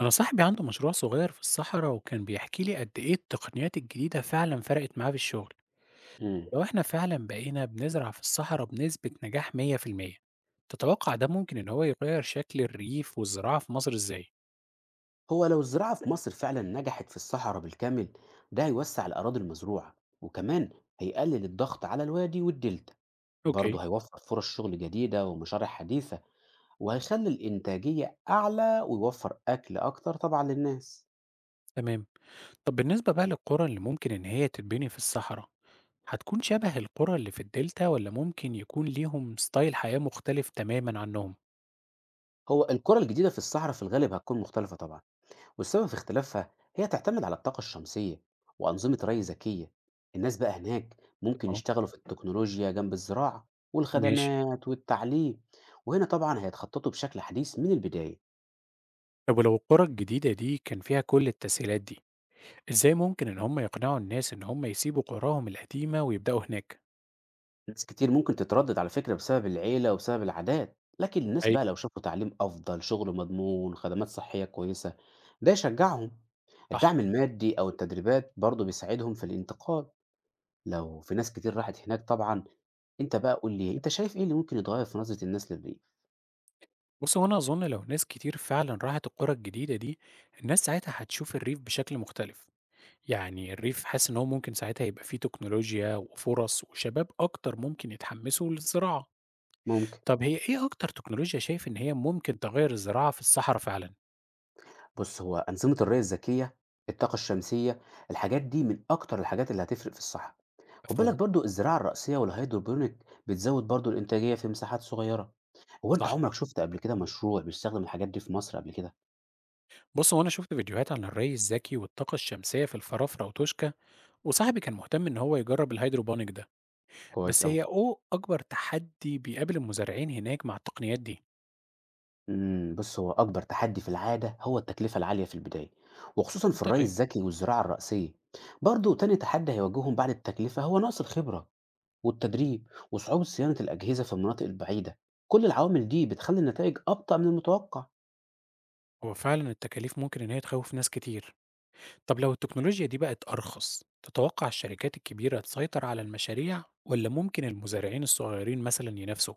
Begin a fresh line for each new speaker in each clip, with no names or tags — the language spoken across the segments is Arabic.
أنا صاحبي عنده مشروع صغير في الصحراء وكان بيحكي لي قد إيه التقنيات الجديدة فعلا فرقت معاه في الشغل،
امم
لو إحنا فعلا بقينا بنزرع في الصحراء بنسبة نجاح 100%. تتوقع ده ممكن إن هو يغير شكل الريف والزراعة في مصر إزاي؟
هو لو الزراعة في مصر فعلا نجحت في الصحراء بالكامل، ده هيوسع الأراضي المزروعة وكمان هيقلل الضغط على الوادي والدلتا.
أوكي.
برضه هيوفر فرص شغل جديدة ومشاريع حديثة وهيخلي الإنتاجية أعلى ويوفر أكل أكتر طبعا للناس.
تمام، طب بالنسبة بقى للقرى اللي ممكن إن هي تتبني في الصحراء، هتكون شبه القرى اللي في الدلتا ولا ممكن يكون ليهم ستايل حياة مختلف تماما عنهم؟
هو القرى الجديدة في الصحراء في الغالب هتكون مختلفة طبعا، والسبب في اختلافها هي تعتمد على الطاقة الشمسية وأنظمة ري ذكية. الناس بقى هناك ممكن
أه.
يشتغلوا في التكنولوجيا جنب الزراعة
ماشي،
والخدمات والتعليم، وهنا طبعا هيتخططوا بشكل حديث من البداية.
طب ولو القرى الجديدة دي كان فيها كل التسهيلات دي إزاي ممكن إن هم يقنعوا الناس إن هم يسيبوا قراهم القديمة ويبدأوا هناك؟
ناس كتير ممكن تتردد على فكرة بسبب العيلة وبسبب العادات، لكن الناس
أي.
بقى لو شافوا تعليم أفضل شغل مضمون خدمات صحية كويسة ده يشجعهم.
صح.
الدعم المادي أو التدريبات برضه بيساعدهم في الانتقال لو في ناس كتير راحت هناك طبعا. أنت بقى قُل لي، أنت شايف إيه اللي ممكن يتغيّر في نظرة الناس للريف؟
بص هو أنا أظن لو ناس كتير فعلا راحت القرى الجديدة دي، الناس ساعتها هتشوف الريف بشكل مختلف. يعني الريف حاسس إن هو ممكن ساعتها يبقى فيه تكنولوجيا وفرص وشباب أكتر ممكن يتحمسوا للزراعة.
ممكن.
طب هي إيه أكتر تكنولوجيا شايف إن هي ممكن تغير الزراعة في الصحراء فعلا؟
بُص، هو أنظمة الري الذكية، الطاقة الشمسية، الحاجات دي من أكتر الحاجات اللي هتفرق في الصحة. خُد بالك
مفهوم.
برضه الزراعة الرأسية والhydroponic بتزوّد برضه الإنتاجية في مساحات صغيرة. هو أنت
صح.
عمرك شُفت قبل كده مشروع بيستخدم الحاجات دي في مصر قبل كده؟
بص هو أنا شفت فيديوهات عن الري الذكي والطاقة الشمسية في الفرافرة وتوشكا، وصاحبي كان مهتم إن هو يجرب الهيدروبونيك ده.
كويس
بس
أوي.
هي أو أكبر تحدي بيقابل المزارعين هناك مع التقنيات دي؟
بُص، هو أكبر تحدي في العادة هو التكلفة العالية في البداية، وخصوصًا في الري
منطقي.
الذكي والزراعة الرأسية. برضه تاني تحدي هيواجههم بعد التكلفة هو نقص الخبرة والتدريب وصعوبة صيانة الأجهزة في المناطق البعيدة. كل العوامل دي بتخلي النتائج أبطأ من المتوقع.
هو فعلا التكاليف ممكن إن هي تخوف ناس كتير. طب لو التكنولوجيا دي بقت أرخص تتوقع الشركات الكبيرة تسيطر على المشاريع ولا ممكن المزارعين الصغيرين مثلا ينافسوا؟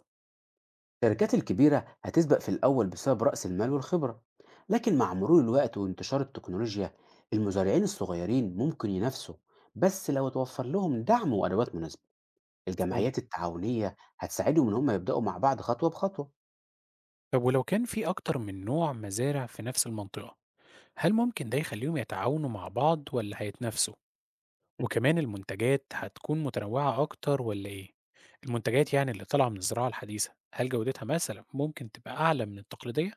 الشركات الكبيرة هتسبق في الأول بسبب رأس المال والخبرة، لكن مع مرور الوقت وانتشار التكنولوجيا المزارعين الصغيرين ممكن ينافسوا، بس لو توفر لهم دعم وأدوات مناسبة.
هم.
الجمعيات التعاونية هتساعدهم إن هم يبدأوا مع بعض خطوة بخطوة.
طب ولو كان في أكتر من نوع مزارع في نفس المنطقة، هل ممكن ده يخليهم يتعاونوا مع بعض ولا هيتنافسوا، وكمان المنتجات هتكون متنوعة أكتر ولا إيه؟ المنتجات يعني اللي طالعة من الزراعة الحديثة هل جودتها مثلا ممكن تبقى أعلى من التقليدية؟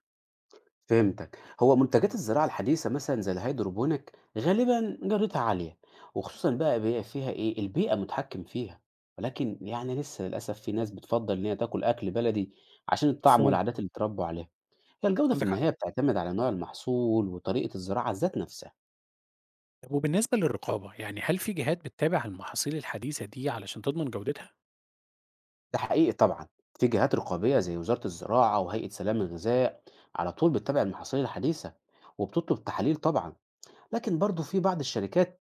فهمتك. هو منتجات الزراعة الحديثة مثلا زي الهيدروبونيك غالبا جودتها عالية، وخصوصا بقى فيها ايه البيئة متحكم فيها، ولكن يعني لسه للأسف في ناس بتفضل إن هي تاكل أكل بلدي عشان الطعم
مفهوم.
والعادات اللي اتربوا عليها. هي الجودة في
عندك حق.
النهاية بتعتمد على نوع المحصول وطريقة الزراعة ذات نفسها.
طب وبالنسبة للرقابة يعني هل في جهات بتتابع المحاصيل الحديثة دي علشان تضمن جودتها؟
ده حقيقي طبعا، في جهات رقابية زي وزارة الزراعة وهيئة سلام الغذاء على طول بتتابع المحاصيل الحديثة وبتطلب تحاليل طبعا. لكن برضو في بعض الشركات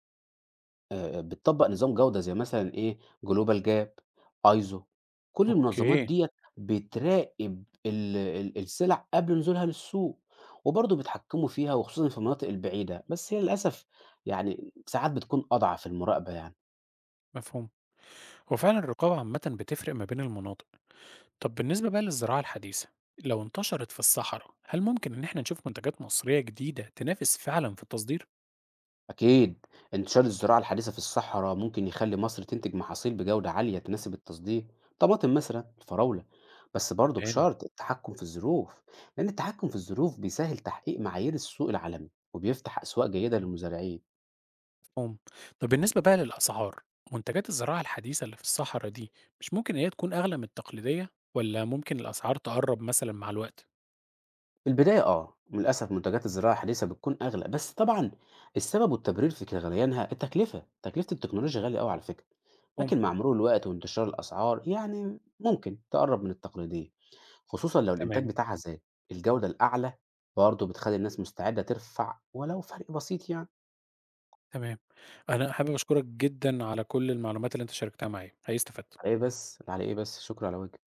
بتطبّق نظام جودة زي مثلًا إيه، global gap، ISO، كل المنظمات
أوكي.
ديّة بتراقب ال السلع قبل نزولها للسوق، وبرضه بيتحكموا فيها وخصوصًا في المناطق البعيدة، بس هي للأسف يعني ساعات بتكون أضعف المراقبة يعني.
مفهوم. هو فعلا الرقابة عامة بتفرق ما بين المناطق. طب بالنسبة بقى للزراعة الحديثة لو انتشرت في الصحراء هل ممكن إن احنا نشوف منتجات مصرية جديدة تنافس فعلا في التصدير؟
أكيد، انتشار الزراعة الحديثة في الصحراء ممكن يخلي مصر تنتج محاصيل بجودة عالية تناسب التصدير، طماطم مثلا الفراولة، بس برضه
تمام.
بشرط التحكم في الظروف، لأن التحكم في الظروف بيسهل تحقيق معايير السوق العالمي وبيفتح أسواق جيدة للمزارعين.
مفهوم. طب بالنسبة بقى للأسعار، منتجات الزراعة الحديثة اللي في الصحراء دي مش ممكن إن هي تكون أغلى من التقليدية، والّا ممكن الأسعار تقرّب مثلًا مع الوقت؟
في البداية اه للأسف منتجات الزراعة الحديثة بتكون أغلى، بس طبعا السبب والتبرير في غليانها التكلفة، تكلفة التكنولوجيا غالية أوي على فكرة.
مفهوم،
لكن مع مرور الوقت وانتشار الأسعار يعني ممكن تقرب من التقليدية، خصوصًا لو الإنتاج
تمام،
بتاعها زاد. الجودة الأعلى برضه بتخلّي الناس مستعدة ترفع ولو فرق بسيط يعني.
تمام. أنا حابب أشكرك جدًا على كل المعلومات اللي أنت شاركتها معايا، حقيقي استفدت.
على إيه بس، على إيه بس، شكرًا على واجب.